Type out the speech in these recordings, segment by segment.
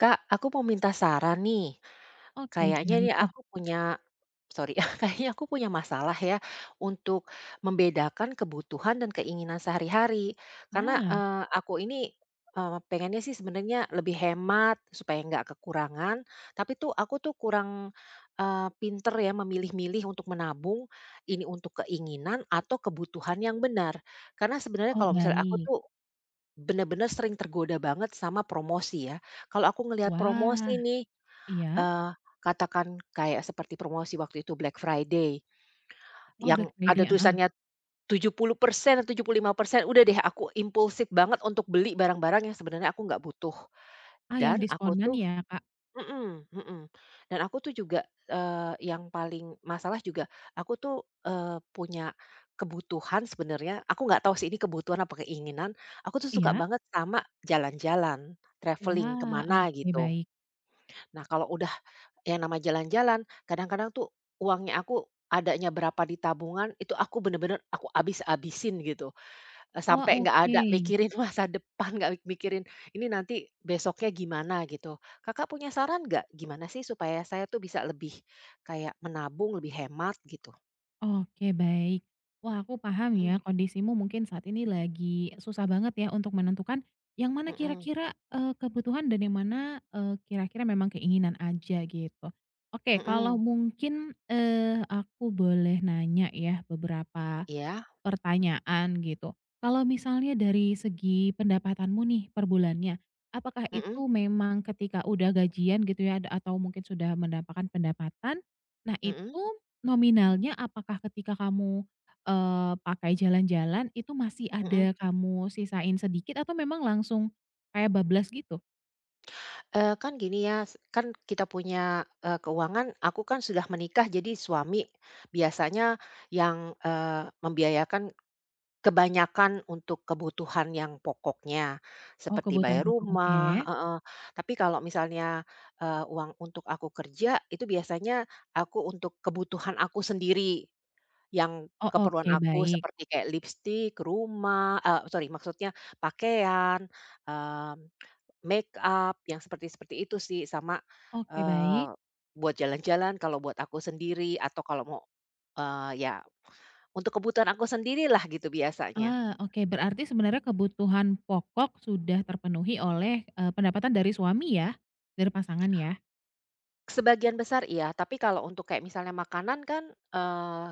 Kak, aku mau minta saran nih. Oke, Kayaknya gimana nih tuh? aku punya sorry, Kayaknya aku punya masalah ya untuk membedakan kebutuhan dan keinginan sehari-hari. Karena, Ah, aku ini, pengennya sih sebenarnya lebih hemat supaya nggak kekurangan, tapi tuh aku tuh kurang, pinter ya memilih-milih untuk menabung, ini untuk keinginan atau kebutuhan yang benar. Karena sebenarnya oh kalau misalnya aku baik. tuh benar-benar sering tergoda banget sama promosi ya. Kalau aku ngelihat Wah, promosi nih, iya. eee, katakan kayak seperti promosi waktu itu Black Friday Oh, Black yang ada Friday, heeh. tulisannya 70% atau 75%, udah deh aku impulsif banget untuk beli barang-barang yang sebenarnya aku nggak butuh. Ah, yang Dan aku diskonan tuh ya, Kak? Mhm, mhm. Dan aku tuh juga, yang paling masalah juga aku tuh, punya kebutuhan sebenarnya, aku nggak tahu sih ini kebutuhan apa keinginan, aku tuh suka Iya? banget sama jalan-jalan, traveling Wah, kemana oke gitu. baik. Nah kalau udah yang nama jalan-jalan, kadang-kadang tuh uangnya aku adanya berapa di tabungan, itu aku bener-bener aku abis-abisin gitu. Wah, Sampai nggak oke. ada mikirin masa depan, nggak mikirin, "Ini nanti besoknya gimana?" gitu. Kakak punya saran nggak, gimana sih supaya saya tuh bisa lebih kayak menabung, lebih hemat gitu? Oke, baik. Wah, aku paham ya Mhm, kondisimu mungkin saat ini lagi susah banget ya untuk menentukan yang mana mhm, kira-kira, kebutuhan dan yang mana, kira-kira memang keinginan aja gitu. Oke, kalau mhm, mungkin, aku boleh nanya ya beberapa iya, pertanyaan gitu. Kalau misalnya dari segi pendapatanmu nih per bulannya, apakah mhm, itu memang ketika udah gajian gitu ya, ada atau mungkin sudah mendapatkan pendapatan, nah mhm, itu nominalnya apakah ketika kamu, pakai jalan-jalan itu masih mhm. ada kamu sisain sedikit atau memang langsung kayak bablas gitu? Kan gini ya, kan kita punya, keuangan aku kan sudah menikah, jadi suami biasanya yang, membiayakan kebanyakan untuk kebutuhan yang pokoknya, Oh seperti kebutuhan bayar pokok, oke. rumah, heeh. Tapi kalau misalnya, uang untuk aku kerja, itu biasanya aku untuk kebutuhan aku sendiri, yang Oh keperluan oke aku baik seperti kayak lipstik, rumah eee, sorry maksudnya pakaian, mmm, makeup yang seperti-seperti itu sih sama, oke baik. eee, buat jalan-jalan kalau buat aku sendiri atau kalau mau, ya untuk kebutuhan aku sendirilah gitu biasanya. Ah, oke. Berarti sebenarnya kebutuhan pokok sudah terpenuhi oleh, pendapatan dari suami ya? Dari pasangan ya? Sebagian besar iya, tapi kalau untuk kayak misalnya makanan kan,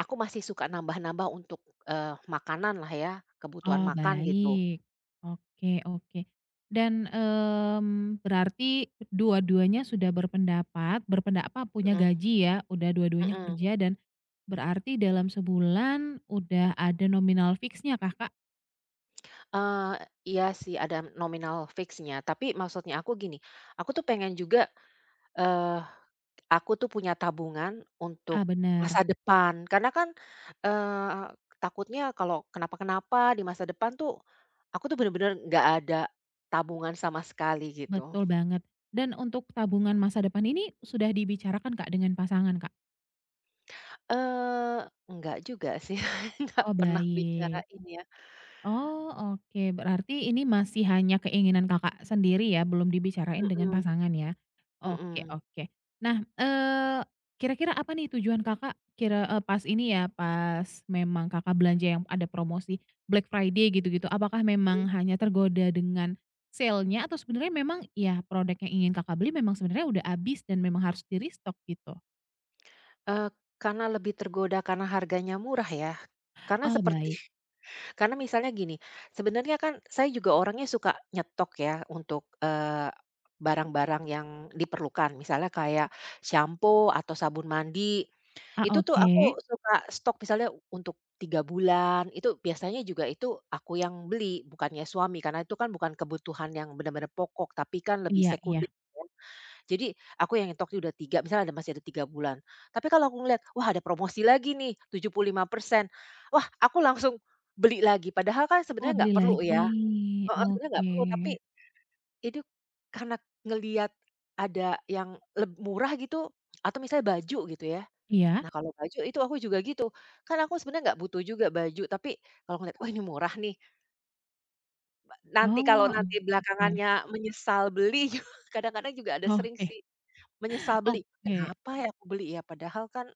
aku masih suka nambah-nambah untuk, makanan lah ya, kebutuhan Oh, makan gitu. baik. Oke oke. Dan, berarti dua-duanya sudah berpendapat berpendapat punya Mhm, gaji ya? Udah dua-duanya mhm. kerja dan berarti dalam sebulan udah ada nominal fixnya kakak. Eee, iya sih ada nominal fix-nya, tapi maksudnya aku gini, aku tuh pengen juga, eee, aku tuh punya tabungan Ah, untuk benar. masa depan. Karena kan, eee, takutnya kalau kenapa-kenapa di masa depan tuh, aku tuh bener-bener nggak ada tabungan sama sekali gitu. Betul banget. Dan untuk tabungan masa depan ini sudah dibicarakan, Kak, dengan pasangan, Kak? Enggak juga sih, enggak Oh, pernah bicara baik. ini ya. Oh, oke. Berarti ini masih hanya keinginan Kakak sendiri ya, belum dibicarain dengan Mhm, pasangan ya? Oke mhm, oke. Nah, kira-kira apa nih tujuan Kakak pas memang Kakak belanja yang ada promosi Black Friday gitu-gitu, apakah mhm. memang hanya tergoda dengan sale-nya atau sebenarnya memang ya produk yang ingin Kakak beli memang sebenarnya udah habis dan memang harus di-restock gitu? eee, karena lebih tergoda karena harganya murah ya, karena Oh, seperti baik. karena misalnya gini, sebenarnya kan saya juga orangnya suka nyetok ya untuk, barang-barang yang diperlukan, misalnya kayak shampoo atau sabun mandi. Ah, Itu tuh aku oke. suka stok misalnya untuk 3 bulan, itu biasanya juga itu aku yang beli, bukannya suami, karena itu kan bukan kebutuhan yang benar-benar pokok, tapi kan lebih Iya iya. sekunder ya. Jadi aku yang nyetok itu udah 3 misalnya ada masih ada 3 bulan. Tapi kalau aku ngelihat, wah ada promosi lagi nih 75%, wah aku langsung beli lagi, padahal kan Oh, sebenarnya beli nggak perlu lagi. ya, heeh, sebenarnya nggak Oke. perlu, tapi itu karena ngelihat ada yang murah gitu, atau misalnya baju gitu ya. Iya? Nah, kalau baju itu aku juga gitu, kan aku sebenarnya nggak butuh juga baju, tapi kalau ngeliat, "Oh, ini murah nih," nanti kalau Oh, nanti oke belakangannya menyesal beli, kadang-kadang juga ada sering oke sih menyesal beli, oke. "Kenapa ya aku beli ya? Padahal kan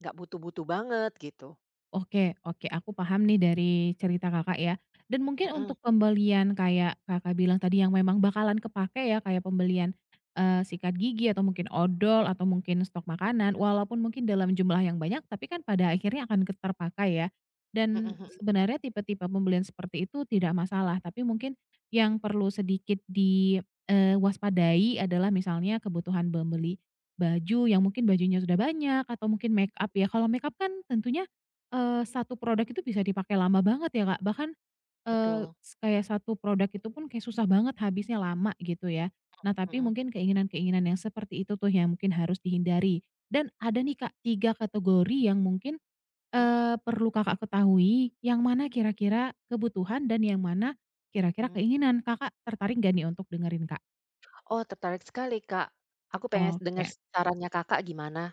nggak butuh-butuh banget," gitu. Oke oke, aku paham nih dari cerita Kakak ya. Dan mungkin Mhm, untuk pembelian kayak Kakak bilang tadi yang memang bakalan kepake ya, kayak pembelian, sikat gigi atau mungkin odol atau mungkin stok makanan, mhm, walaupun mungkin dalam jumlah yang banyak, tapi kan pada akhirnya akan ke terpakai ya. mhm, Dan mhm, sebenarnya tipe-tipe pembelian seperti itu tidak masalah, tapi mungkin yang perlu sedikit diwaspadai adalah misalnya kebutuhan membeli baju yang mungkin bajunya sudah banyak atau mungkin make up ya. Kalau make up kan tentunya 1 produk itu bisa dipakai lama banget ya, Kak. Bahkan, eee, betul, s kayak satu produk itu pun kayak susah banget habisnya lama gitu ya. Nah, tapi mhm, mungkin keinginan-keinginan yang seperti itu tuh yang mungkin harus dihindari. Dan ada nih, Kak, 3 kategori yang mungkin, mhm, perlu Kakak ketahui, yang mana kira-kira kebutuhan dan yang mana kira-kira mhm. keinginan. Kakak tertarik nggak nih untuk dengerin, Kak? Oh, tertarik sekali, Kak. Aku pengen dengar Oke. sarannya Kakak gimana?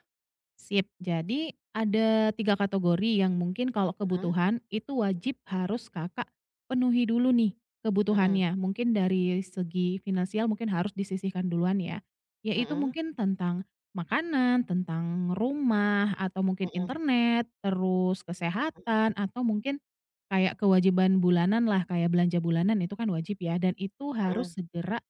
Sip. Jadi ada 3 kategori yang mungkin kalau Mhm, kebutuhan itu wajib harus Kakak penuhi dulu nih mhm, kebutuhannya. Mungkin dari segi finansial mungkin harus disisihkan duluan ya. Yaitu mhm, mungkin tentang makanan, tentang rumah, atau mungkin mhm, internet, terus mhm, kesehatan, atau mungkin kayak kewajiban bulanan lah, kayak belanja bulanan itu kan wajib ya dan itu harus mhm. segera,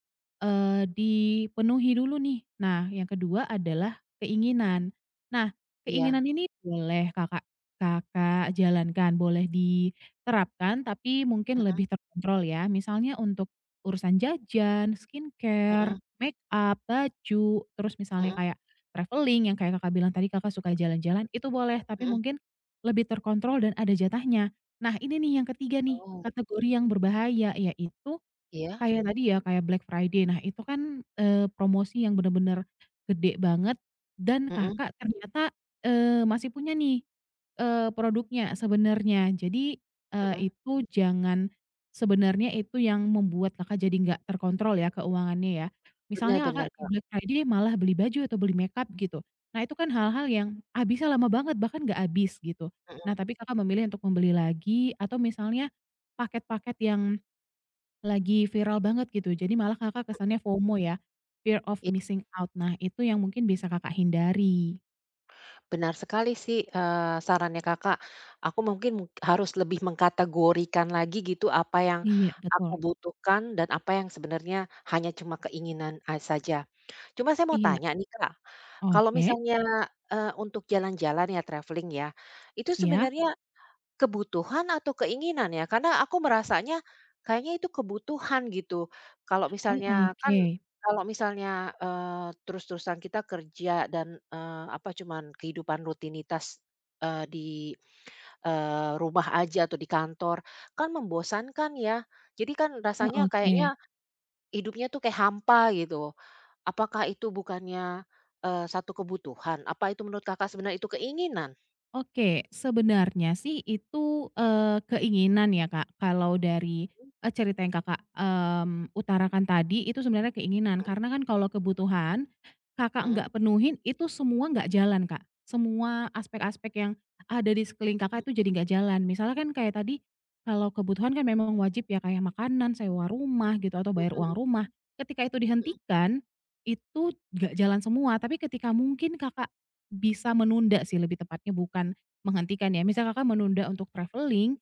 dipenuhi dulu nih. Nah yang kedua adalah keinginan. Nah, keinginan Iya, ini boleh Kakak Kakak jalankan, boleh diterapkan, tapi mungkin mhm, lebih terkontrol ya. Misalnya untuk urusan jajan, skincare, mhm, make up baju, terus misalnya mhm, kayak traveling yang kayak Kakak bilang tadi Kakak suka jalan-jalan, itu boleh, tapi mhm. mungkin lebih terkontrol dan ada jatahnya. Nah, ini nih yang ketiga nih, Oh, kategori yang berbahaya, yaitu iya? kayak tadi ya, kayak Black Friday. Nah, itu kan, promosi yang bener-bener gede banget dan Mhm, Kakak ternyata, masih punya nih, produknya sebenarnya. Jadi, mhm, itu jangan, sebenarnya itu yang membuat Kakak jadi nggak terkontrol ya keuangannya ya. Misalnya bener bener, Kakak di Kak, Black Friday malah beli baju atau beli makeup gitu. Nah, itu kan hal-hal yang habisnya lama banget, bahkan nggak habis gitu. Nah, mhm, tapi Kakak memilih untuk membeli lagi atau misalnya paket-paket yang lagi viral banget gitu, jadi malah Kakak kesannya FOMO ya, fear of iya missing out. Nah, itu yang mungkin bisa Kakak hindari. benar sekali sih, sarannya Kakak, aku mungkin harus lebih mengkategorikan lagi gitu apa yang Iya, aku betul. butuhkan dan apa yang sebenarnya hanya cuma keinginan saja. Cuma saya mau Iya, tanya nih, Kak, kalau oke, misalnya, untuk jalan-jalan ya traveling ya, itu iya. sebenarnya kebutuhan atau keinginan ya? Karena aku merasanya kayaknya itu kebutuhan gitu. Kalau Oh, misalnya kan oke. kalau misalnya, eee, terus-terusan kita kerja dan, apa, cuman kehidupan rutinitas, di, rumah aja atau di kantor, kan membosankan ya. Jadi kan Oh, rasanya oke. kayaknya hidupnya tuh kayak hampa gitu. Apakah itu bukannya, satu kebutuhan? Apa itu menurut Kakak sebenarnya itu keinginan? Oke, sebenarnya sih itu, keinginan ya, Kak. Kalau dari, Mhm, cerita yang Kakak, utarakan tadi, itu sebenarnya keinginan. Karena kan kalau kebutuhan, Kakak mhm, nggak penuhin, itu semua nggak jalan, Kak. Semua aspek-aspek yang ada di sekeliling Kakak mhm. itu jadi nggak jalan. Misalnya kan kayak tadi, kalau kebutuhan kan memang wajib ya, kayak makanan, sewa rumah gitu, atau Mhm, bayar uang mhm, rumah. Ketika itu mhm, dihentikan, itu nggak jalan semua. Tapi ketika mungkin Kakak bisa menunda sih lebih tepatnya, bukan menghentikan ya. Misal Kakak menunda untuk traveling,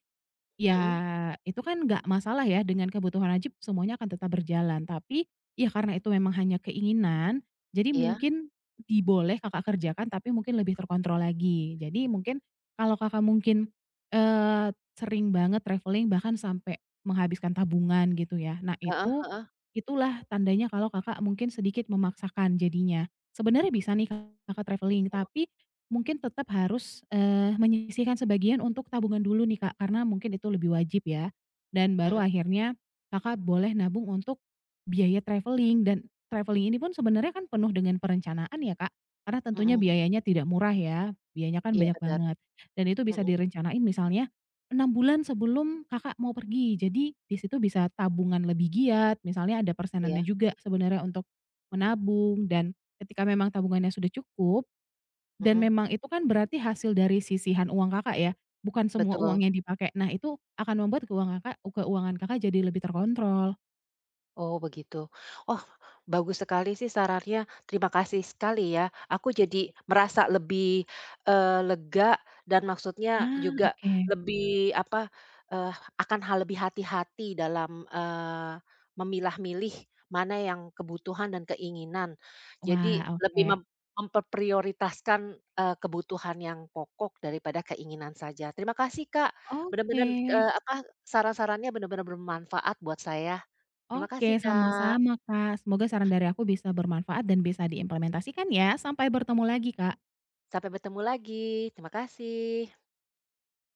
ya mhm. itu kan nggak masalah ya, dengan kebutuhan wajib semuanya akan tetap berjalan. Tapi, ya karena itu memang hanya keinginan, jadi Iya. mungkin diboleh Kakak kerjakan, tapi mungkin lebih terkontrol lagi. Jadi mungkin kalau Kakak mungkin, eee, sering banget traveling bahkan sampai menghabiskan tabungan gitu ya. Nah Heeh, itu, heeh, itulah tandanya kalau Kakak mungkin sedikit memaksakan jadinya. Sebenarnya bisa nih Kakak traveling, tapi mungkin tetap harus, menyisihkan sebagian untuk tabungan dulu nih, Kak, karena mungkin itu lebih wajib ya, dan baru mhm, akhirnya Kakak boleh nabung untuk biaya traveling dan traveling ini pun sebenarnya kan penuh dengan perencanaan ya, Kak, karena tentunya mhm, biayanya tidak murah ya, biayanya kan iya banyak benar, banget dan itu bisa mhm, direncanain misalnya 6 bulan sebelum Kakak mau pergi. Jadi di situ bisa tabungan lebih giat, misalnya ada persenannya iya, juga sebenarnya untuk menabung dan ketika memang tabungannya sudah cukup dan mhm, memang itu kan berarti hasil dari sisihan uang Kakak ya, bukan semua betul. uang yang dipakai. Nah itu akan membuat keuangan Kakak jadi lebih terkontrol. Oh, begitu. Oh, bagus sekali sih sarannya, terima kasih sekali ya. Aku jadi merasa lebih, lega dan maksudnya Ah, juga oke. lebih apa, eee, akan hal lebih hati-hati dalam, memilah-milih mana yang kebutuhan dan keinginan. Jadi Wah, lebih oke. Memperprioritaskan, kebutuhan yang pokok daripada keinginan saja. Terima kasih, Kak, Oke benar-benar, apa, saran-sarannya benar-benar bermanfaat buat saya. Terima oke, kasih, Kak, sama-sama Kak. Semoga saran dari aku bisa bermanfaat dan bisa diimplementasikan ya. Sampai bertemu lagi, Kak. sampai bertemu lagi, terima kasih.